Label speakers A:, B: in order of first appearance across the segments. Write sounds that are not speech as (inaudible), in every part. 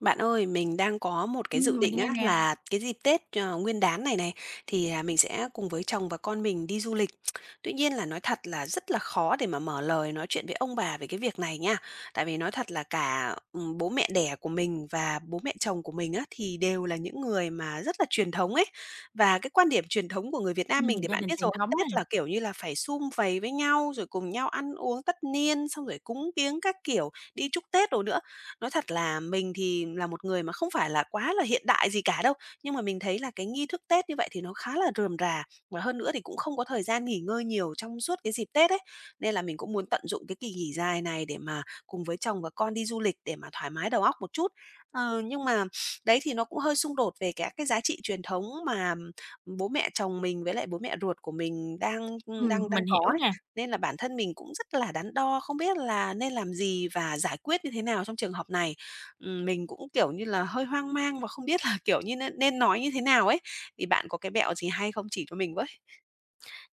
A: Bạn ơi, mình đang có một cái dự
B: Mình
A: định á
B: nghe nè,
A: là cái dịp Tết, Nguyên đán này này thì, mình sẽ cùng với chồng và con mình đi du lịch. Tuy nhiên là nói thật là rất là khó để mà mở lời nói chuyện với ông bà về cái việc này nha. Tại vì nói thật là cả, bố mẹ đẻ của mình và bố mẹ chồng của mình á thì đều là những người mà rất là truyền thống ấy. Và cái quan điểm truyền thống của người Việt Nam mình thì
B: gia
A: bạn
B: đình
A: biết
B: truyền
A: rồi,
B: thống nè,
A: Tết là, kiểu như là, phải sum vầy với nhau, rồi cùng nhau ăn uống tất niên, xong rồi cúng kiếng các kiểu, đi chúc Tết đồ nữa. Nói thật là mình thì là một người mà không phải là quá là hiện đại gì cả đâu, nhưng mà mình thấy là cái nghi thức Tết như vậy thì nó khá là rườm rà, và hơn nữa thì cũng không có thời gian nghỉ ngơi nhiều trong suốt cái dịp Tết ấy. Nên là mình cũng muốn tận dụng cái kỳ nghỉ dài này để mà cùng với chồng và con đi du lịch để mà thoải mái đầu óc một chút. Nhưng mà đấy thì nó cũng hơi xung đột về các cái giá trị truyền thống mà bố mẹ chồng mình với lại bố mẹ ruột của mình đang đang đang
B: mình
A: có
B: hiểu
A: ấy.
B: nè.
A: Nên là bản thân mình cũng rất là đắn đo, không biết là nên làm gì và giải quyết như thế nào trong trường hợp này. Mình cũng, kiểu như là, hơi hoang mang và không biết là, kiểu như, nên nên nói như thế nào ấy. Thì bạn có cái mẹo gì hay không chỉ cho mình với?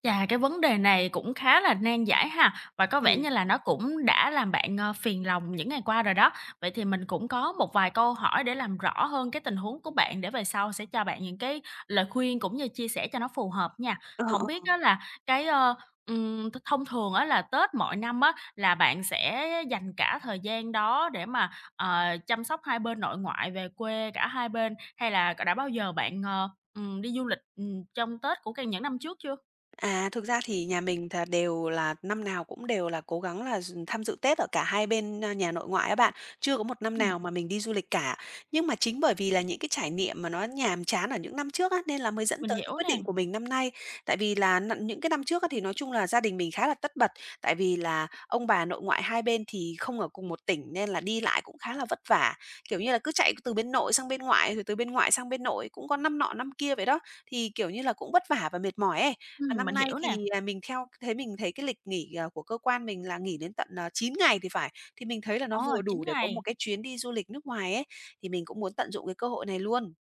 B: Chà, cái vấn đề này cũng khá là nan giải ha, và có vẻ
A: Ừm.
B: như là nó cũng đã làm bạn, phiền lòng những ngày qua rồi đó. Vậy thì mình cũng có một vài câu hỏi để làm rõ hơn cái tình huống của bạn để về sau sẽ cho bạn những cái lời khuyên cũng như chia sẻ cho nó phù hợp nha.
A: Ờ,
B: Không biết
A: ờ.
B: á là cái, ơ, th thông thường á là Tết mọi năm á là bạn sẽ dành cả thời gian đó để mà, chăm sóc hai bên nội ngoại về quê cả hai bên, hay là đã bao giờ bạn, đi du lịch, trong Tết của cái những năm trước chưa?
A: À, thực ra thì nhà mình thà đều là năm nào cũng đều là cố gắng là tham dự Tết ở cả hai bên, a, nhà nội ngoại á bạn. Chưa có một năm nào mà mình đi du lịch cả. Nhưng mà chính bởi vì là những cái trải nghiệm mà nó nhàm chán ở những năm trước á, nên là mới dẫn
B: Mình
A: tới cái
B: hiểu
A: quyết
B: nè.
A: định của mình năm nay. Tại vì là những cái năm trước á, thì nói chung là gia đình mình khá là tất bật, tại vì là ông bà nội ngoại hai bên thì không ở cùng một tỉnh nên là đi lại cũng khá là vất vả. Kiểu như là, cứ chạy từ bên nội sang bên ngoại, rồi từ bên ngoại sang bên nội, cũng có năm nọ năm kia vậy đó. Thì, kiểu như là, cũng vất vả và mệt mỏi ấy. Và năm
B: Mình
A: nay
B: hiểu nè.
A: thì, mình theo thế mình thấy cái lịch nghỉ, của cơ quan mình là nghỉ đến tận, 9 ngày thì phải, thì mình thấy là nó
B: Ờ,
A: vừa
B: 9
A: đủ để có một
B: ngày.
A: cái chuyến đi du lịch nước ngoài ấy, thì mình cũng muốn tận dụng cái cơ hội này luôn.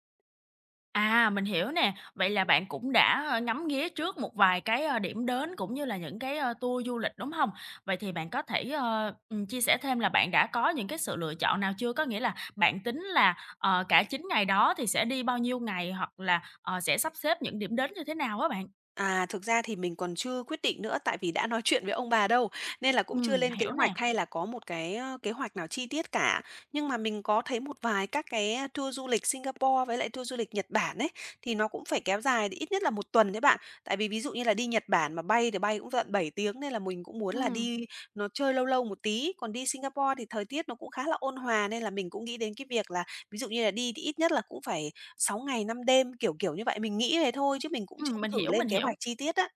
B: À, mình hiểu nè. Vậy là bạn cũng đã, ngắm nghía trước một vài cái, điểm đến cũng như là những cái, tour du lịch, đúng không? Vậy thì bạn có thể, chia sẻ thêm là bạn đã có những cái sự lựa chọn nào chưa? Có nghĩa là bạn tính là, cả 9 ngày đó thì sẽ đi bao nhiêu ngày hoặc là, sẽ sắp xếp những điểm đến như thế nào á bạn?
A: Thực ra thì mình còn chưa quyết định nữa, tại vì đã nói chuyện với ông bà đâu, nên là cũng chưa lên kế
B: Hiểu nè.
A: hoạch hay là có một cái, kế hoạch nào chi tiết cả. Nhưng mà mình có thấy một vài các cái, tour du lịch Singapore với lại tour du lịch Nhật Bản ấy, thì nó cũng phải kéo dài ít nhất là một tuần đấy bạn. Tại vì ví dụ như là đi Nhật Bản mà bay thì bay cũng tận 7 tiếng, nên là mình cũng muốn là
B: Ừm,
A: đi nó chơi lâu lâu một tí. Còn đi Singapore thì thời tiết nó cũng khá là ôn hòa, nên là mình cũng nghĩ đến cái việc là ví dụ như là đi thì ít nhất là cũng phải 6 ngày 5 đêm, kiểu, kiểu như vậy. Mình nghĩ thế thôi chứ mình cũng chưa
B: mình
A: thử
B: hiểu,
A: lên
B: mình
A: kế hoạch
B: hiểu.
A: chi tiết á.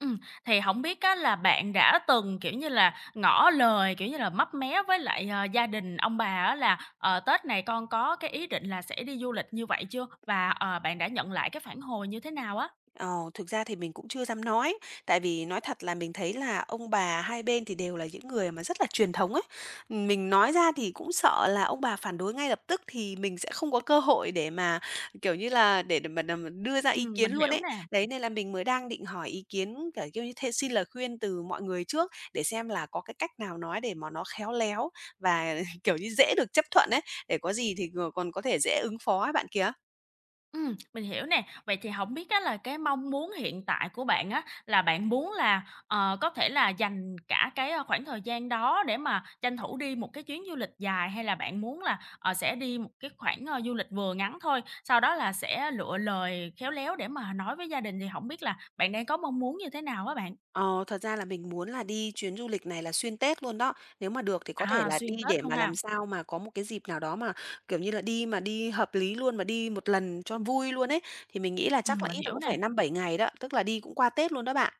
B: Ừm, thì không biết á là bạn đã từng, kiểu như là, ngỏ lời, kiểu như là, mấp mé với lại, gia đình ông bà á là, Tết này con có cái ý định là sẽ đi du lịch như vậy chưa? Và, bạn đã nhận lại cái phản hồi như thế nào á?
A: Ờ, Thực ra thì mình cũng chưa dám nói, tại vì nói thật là mình thấy là ông bà hai bên thì đều là những người mà rất là truyền thống ấy. Mình nói ra thì cũng sợ là ông bà phản đối ngay lập tức thì mình sẽ không có cơ hội để mà, kiểu như là, để mà đưa ra ý kiến
B: Mình
A: luôn
B: hiểu
A: ấy.
B: nè.
A: Đấy, nên là mình mới đang định hỏi ý kiến, kiểu, như thế, xin lời khuyên từ mọi người trước để xem là có cái cách nào nói để mà nó khéo léo và, (laughs) kiểu như, dễ được chấp thuận ấy, để có gì thì, còn có thể dễ ứng phó ấy bạn kia.
B: Mình hiểu nè. Vậy thì không biết á là cái mong muốn hiện tại của bạn á, là bạn muốn là, có thể là dành cả cái, khoảng thời gian đó để mà tranh thủ đi một cái chuyến du lịch dài, hay là bạn muốn là, sẽ đi một cái khoảng, du lịch vừa ngắn thôi, sau đó là sẽ lựa lời khéo léo để mà nói với gia đình, thì không biết là bạn đang có mong muốn như thế nào á bạn?
A: Ờ, Thật ra là mình muốn là đi chuyến du lịch này là xuyên Tết luôn đó. Nếu mà được thì có thể
B: À,
A: là
B: xuyên
A: đi
B: Tết
A: để
B: luôn
A: mà làm
B: ha.
A: sao mà có một cái dịp nào đó mà, kiểu như là, đi mà đi hợp lý luôn, mà đi một lần cho vui luôn ấy, thì mình nghĩ là chắc là ít
B: Mình
A: nhất
B: hiểu
A: cũng
B: nè.
A: phải năm bảy ngày đó, tức là đi cũng qua Tết luôn đó bạn.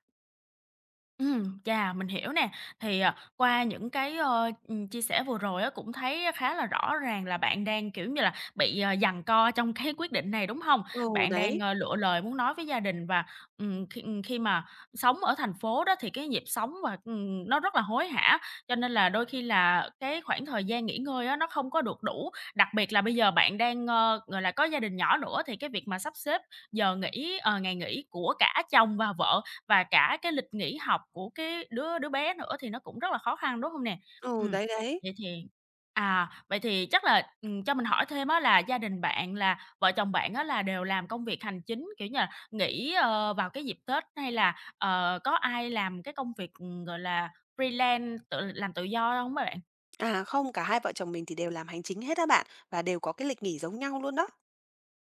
B: Chà, mình hiểu nè. Thì, qua những cái, chia sẻ vừa rồi á cũng thấy khá là rõ ràng là bạn đang, kiểu như là, bị, giằng co trong cái quyết định này, đúng không?
A: Ừ,
B: Bạn đang,
A: đấy,
B: lựa lời muốn nói với gia đình và, khi khi mà sống ở thành phố đó thì cái nhịp sống và, nó rất là hối hả, cho nên là đôi khi là cái khoảng thời gian nghỉ ngơi á nó không có được đủ. Đặc biệt là bây giờ bạn đang, gọi là, có gia đình nhỏ nữa thì cái việc mà sắp xếp giờ nghỉ, ngày nghỉ của cả chồng và vợ và cả cái lịch nghỉ học của cái đứa đứa bé nữa thì nó cũng rất là khó khăn, đúng hông nè?
A: ừ,
B: Ừm,
A: đấy, đấy.
B: Vậy thì vậy thì chắc là, cho mình hỏi thêm á là gia đình bạn là vợ chồng bạn á là đều làm công việc hành chính, kiểu như là, nghỉ, vào cái dịp Tết hay là, có ai làm cái công việc, gọi là, freelance, tự làm tự do hông á bạn?
A: À, không, cả hai vợ chồng mình thì đều làm hành chính hết đó bạn, và đều có cái lịch nghỉ giống nhau luôn đó.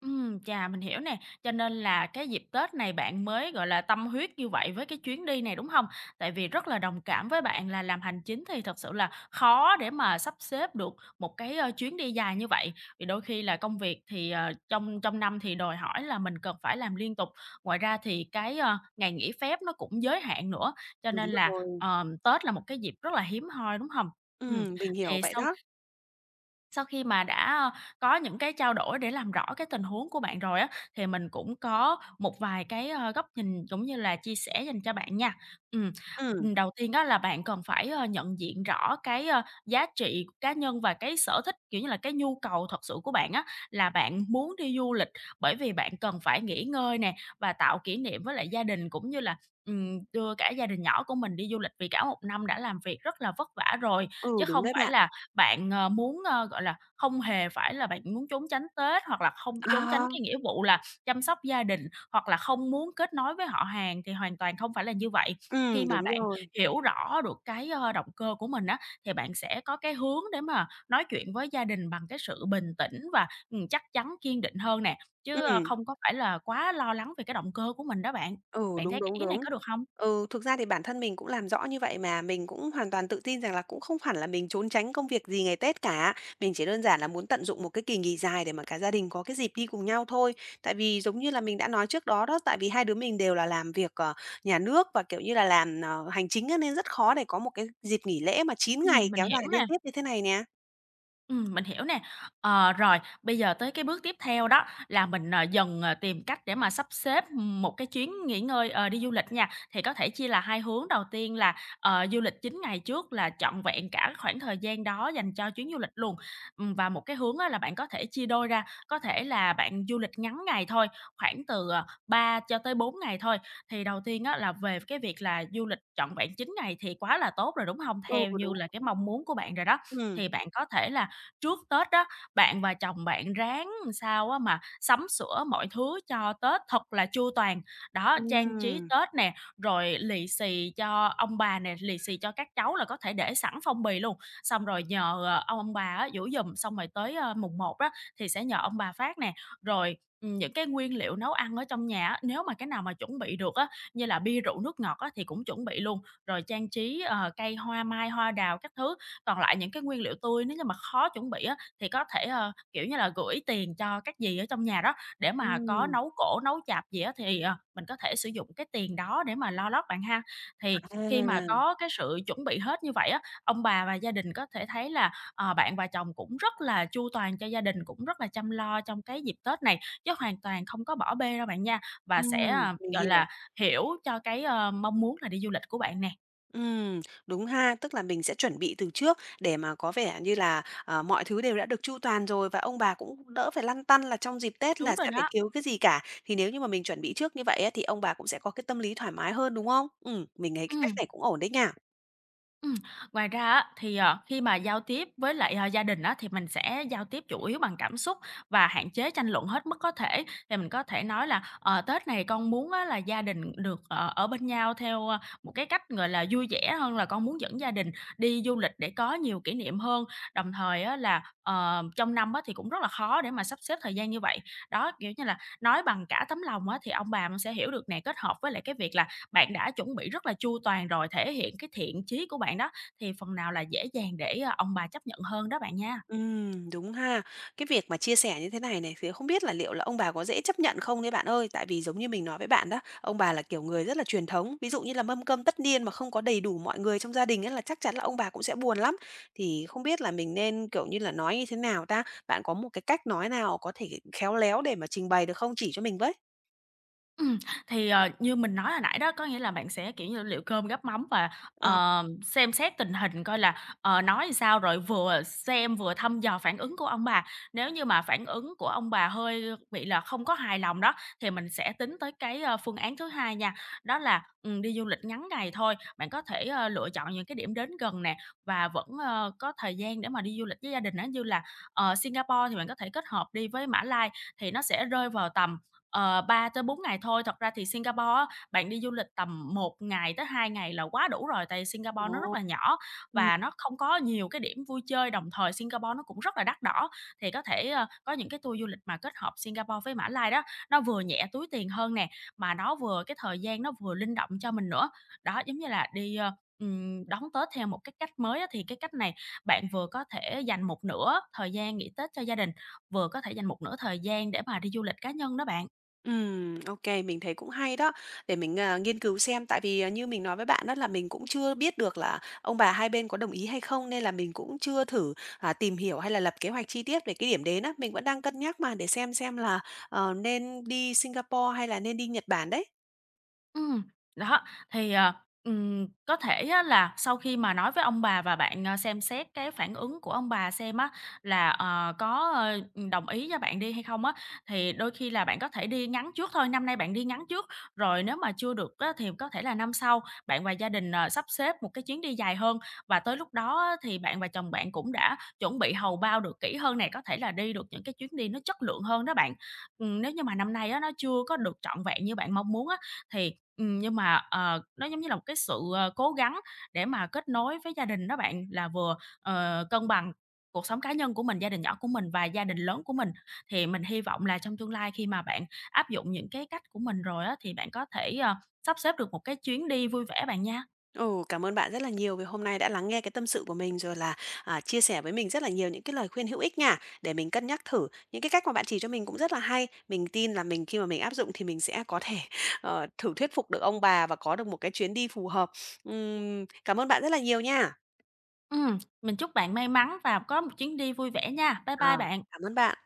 B: Chà, mình hiểu nè, cho nên là cái dịp Tết này bạn mới, gọi là, tâm huyết như vậy với cái chuyến đi này, đúng hông? Tại vì rất là đồng cảm với bạn là làm hành chính thì thật sự là khó để mà sắp xếp được một cái, chuyến đi dài như vậy, vì đôi khi là công việc thì, trong trong năm thì đòi hỏi là mình cần phải làm liên tục. Ngoài ra thì cái, ngày nghỉ phép nó cũng giới hạn nữa, cho
A: Đúng
B: nên là,
A: rồi.
B: Tết là một cái dịp rất là hiếm hoi, đúng hông? Ừm,
A: Mình hiểu
B: thì
A: vậy
B: sau
A: đó.
B: sau khi mà đã, có những cái trao đổi để làm rõ cái tình huống của bạn rồi á, thì mình cũng có một vài cái, góc nhìn cũng như là chia sẻ dành cho bạn nha. Ừm,
A: Ừm,
B: Đầu tiên á là bạn cần phải, nhận diện rõ cái, giá trị cá nhân và cái sở thích, kiểu như là, cái nhu cầu thật sự của bạn á, là bạn muốn đi du lịch bởi vì bạn cần phải nghỉ ngơi nè, và tạo kỷ niệm với lại gia đình cũng như là, đưa cả gia đình nhỏ của mình đi du lịch vì cả một năm đã làm việc rất là vất vả rồi,
A: ừ,
B: chứ
A: đúng
B: không
A: đấy
B: phải
A: bạn.
B: là bạn, muốn, gọi là, không hề phải là bạn muốn trốn tránh Tết, hoặc là không trốn tránh
A: À,
B: cái nghĩa vụ là chăm sóc gia đình, hoặc là không muốn kết nối với họ hàng thì hoàn toàn không phải là như vậy. Khi mà
A: Đúng
B: bạn
A: rồi.
B: hiểu rõ được cái, động cơ của mình á, thì bạn sẽ có cái hướng để mà nói chuyện với gia đình bằng cái sự bình tĩnh và, chắc chắn, kiên định hơn nè, chứ,
A: Ừm.
B: không có phải là quá lo lắng về cái động cơ của mình đó bạn.
A: Ừ,
B: Bạn
A: đúng,
B: thấy cái
A: đúng,
B: ý này
A: đúng.
B: có được không?
A: Ừ, thực ra thì bản thân mình cũng làm rõ như vậy mà, mình cũng hoàn toàn tự tin rằng là cũng không hẳn là mình trốn tránh công việc gì ngày Tết cả. Mình chỉ đơn giản là muốn tận dụng một cái kỳ nghỉ dài để mà cả gia đình có cái dịp đi cùng nhau thôi. Tại vì giống như là mình đã nói trước đó đó, tại vì hai đứa mình đều là làm việc, nhà nước và, kiểu như là, làm, hành chính á, nên rất khó để có một cái dịp nghỉ lễ mà 9 ngày
B: Mình
A: kéo dài
B: hiểu
A: liên
B: nè.
A: tiếp như thế này nè.
B: Mình hiểu nè. Ờ, rồi, bây giờ tới cái bước tiếp theo đó là mình, tìm cách để mà sắp xếp, một cái chuyến nghỉ ngơi, đi du lịch nha. Thì có thể chia là hai hướng, đầu tiên là, du lịch 9 ngày trước là trọn vẹn cả khoảng thời gian đó dành cho chuyến du lịch luôn. Và một cái hướng á là bạn có thể chia đôi ra, có thể là bạn du lịch ngắn ngày thôi, khoảng từ, 3 cho tới 4 ngày thôi. Thì đầu tiên á là về cái việc là du lịch trọn vẹn 9 ngày thì quá là tốt rồi, đúng hông?
A: Ừ,
B: Theo như
A: đúng.
B: là cái mong muốn của bạn rồi đó,
A: Ừ,
B: thì bạn có thể là trước Tết á, bạn và chồng bạn ráng làm sao á mà sắm sửa mọi thứ cho Tết thật là chu toàn. Đó, trang trí
A: ừ,
B: Tết nè, rồi lì xì cho ông bà nè, lì xì cho các cháu là có thể để sẵn phong bì luôn. Xong rồi nhờ, ông bà á giũ giùm, xong rồi tới, mùng 1 á thì sẽ nhờ ông bà phát nè. Rồi, những cái nguyên liệu nấu ăn ở trong nhà á, nếu mà cái nào mà chuẩn bị được á, như là bia rượu nước ngọt á thì cũng chuẩn bị luôn, rồi trang trí, cây hoa mai, hoa đào các thứ còn lại những cái nguyên liệu tươi nếu như mà khó chuẩn bị á, thì có thể, kiểu như là, gửi tiền cho các dì ở trong nhà đó, để mà có
A: ừ.
B: nấu cỗ, nấu chạp gì á thì, mình có thể sử dụng cái tiền đó để mà lo lót bạn ha. Thì khi mà
A: À,
B: có cái sự chuẩn bị hết như vậy á, ông bà và gia đình có thể thấy là, bạn và chồng cũng rất là chu toàn cho gia đình, cũng rất là chăm lo trong cái dịp Tết này, chứ hoàn toàn không có bỏ bê đâu bạn nha, và sẽ,
A: mình
B: gọi
A: hiểu.
B: là, hiểu cho cái, mong muốn là đi du lịch của bạn nè.
A: Ừm, Đúng ha, tức là mình sẽ chuẩn bị từ trước để mà có vẻ như là, mọi thứ đều đã được chu toàn rồi và ông bà cũng đỡ phải lăn tăn là trong dịp Tết
B: Đúng
A: là
B: rồi
A: sẽ phải
B: đó,
A: thiếu cái gì cả. Thì nếu như mà mình chuẩn bị trước như vậy á, thì ông bà cũng sẽ có cái tâm lý thoải mái hơn, đúng không? Mình thấy cái cách
B: ừ.
A: này cũng ổn đấy nha.
B: Ừm, ngoài ra á, thì, khi mà giao tiếp với lại, gia đình á, thì mình sẽ giao tiếp chủ yếu bằng cảm xúc và hạn chế tranh luận hết mức có thể. Thì mình có thể nói là "Ờ, Tết này con muốn á là gia đình được, ở bên nhau theo, một cái cách, gọi là, vui vẻ hơn là con muốn dẫn gia đình đi du lịch để có nhiều kỷ niệm hơn." Đồng thời á là, trong năm á thì cũng rất là khó để mà sắp xếp thời gian như vậy. Đó, kiểu như là, nói bằng cả tấm lòng á thì ông bà cũng sẽ hiểu được nè, kết hợp với lại cái việc là bạn đã chuẩn bị rất là chu toàn rồi, thể hiện cái thiện chí của bạn đó, thì phần nào là dễ dàng để, ông bà chấp nhận hơn đó bạn nha.
A: Đúng ha. Cái việc mà chia sẻ như thế này này thì không biết là liệu là ông bà có dễ chấp nhận không đấy bạn ơi? Tại vì giống như mình nói với bạn đó, ông bà là kiểu người rất là truyền thống, ví dụ như là mâm cơm tất niên mà không có đầy đủ mọi người trong gia đình ấy là chắc chắn là ông bà cũng sẽ buồn lắm. Thì không biết là mình nên, kiểu như là, nói như thế nào ta? Bạn có một cái cách nói nào có thể khéo léo để mà trình bày được không? Chỉ cho mình với.
B: Ừm, thì, như mình nói hồi nãy đó, có nghĩa là bạn sẽ, kiểu như, liệu cơm gắp mắm và,
A: Ờ.
B: xem xét tình hình coi là, nói sao, rồi vừa xem vừa thăm dò phản ứng của ông bà. Nếu như mà phản ứng của ông bà hơi bị là không có hài lòng đó, thì mình sẽ tính tới cái, phương án thứ hai nha, đó là, đi du lịch ngắn ngày thôi. Bạn có thể, lựa chọn những cái điểm đến gần nè và vẫn, có thời gian để mà đi du lịch với gia đình á, như là, Singapore thì bạn có thể kết hợp đi với Mã Lai thì nó sẽ rơi vào tầm Ờ, 3 tới 4 ngày thôi. Thật ra thì Singapore á, bạn đi du lịch tầm một ngày tới 2 ngày là quá đủ rồi, tại Singapore nó rất
A: Ồ.
B: là nhỏ và nó không có nhiều cái điểm vui chơi, đồng thời Singapore nó cũng rất là đắt đỏ. Thì có thể, có những cái tour du lịch mà kết hợp Singapore với Mã Lai đó, nó vừa nhẹ túi tiền hơn nè, mà nó vừa cái thời gian nó vừa linh động cho mình nữa. Đó, giống như là đi, đón Tết theo một cái cách mới á, thì cái cách này bạn vừa có thể dành một nửa thời gian nghỉ Tết cho gia đình, vừa có thể dành một nửa thời gian để mà đi du lịch cá nhân đó bạn.
A: Ô mình thấy cũng hay đó, để mình, nghiên cứu xem. Tại vì, như mình nói với bạn đó là mình cũng chưa biết được là ông bà hai bên có đồng ý hay không, nên là mình cũng chưa thử, tìm hiểu hay là lập kế hoạch chi tiết về cái điểm đến á. Mình vẫn đang cân nhắc mà, để xem là, nên đi Singapore hay là nên đi Nhật Bản đấy.
B: Ừm, đó, thì, có thể á là sau khi mà nói với ông bà và bạn, xem xét cái phản ứng của ông bà xem á là, có, đồng ý cho bạn đi hay không á, thì đôi khi là bạn có thể đi ngắn trước thôi, năm nay bạn đi ngắn trước, rồi nếu mà chưa được á thì có thể là năm sau bạn và gia đình, sắp xếp một cái chuyến đi dài hơn. Và tới lúc đó á thì bạn và chồng bạn cũng đã chuẩn bị hầu bao được kỹ hơn này có thể là đi được những cái chuyến đi nó chất lượng hơn đó bạn. Nếu như mà năm nay á nó chưa có được trọn vẹn như bạn mong muốn á, thì nhưng mà, nó giống như là một cái sự, cố gắng để mà kết nối với gia đình đó bạn, là vừa, cân bằng cuộc sống cá nhân của mình, gia đình nhỏ của mình và gia đình lớn của mình. Thì mình hy vọng là trong tương lai khi mà bạn áp dụng những cái cách của mình rồi á, thì bạn có thể, sắp xếp được một cái chuyến đi vui vẻ bạn nha.
A: Ồ, cảm ơn bạn rất là nhiều vì hôm nay đã lắng nghe cái tâm sự của mình rồi là, chia sẻ với mình rất là nhiều những cái lời khuyên hữu ích nha, để mình cân nhắc thử. Những cái cách mà bạn chỉ cho mình cũng rất là hay. Mình tin là mình khi mà mình áp dụng thì mình sẽ có thể, (laughs) thử thuyết phục được ông bà và có được một cái chuyến đi phù hợp. Cảm ơn bạn rất là nhiều nha.
B: Mình chúc bạn may mắn và có một chuyến đi vui vẻ nha. Bye bye
A: Ờ,
B: bạn.
A: Cảm ơn bạn.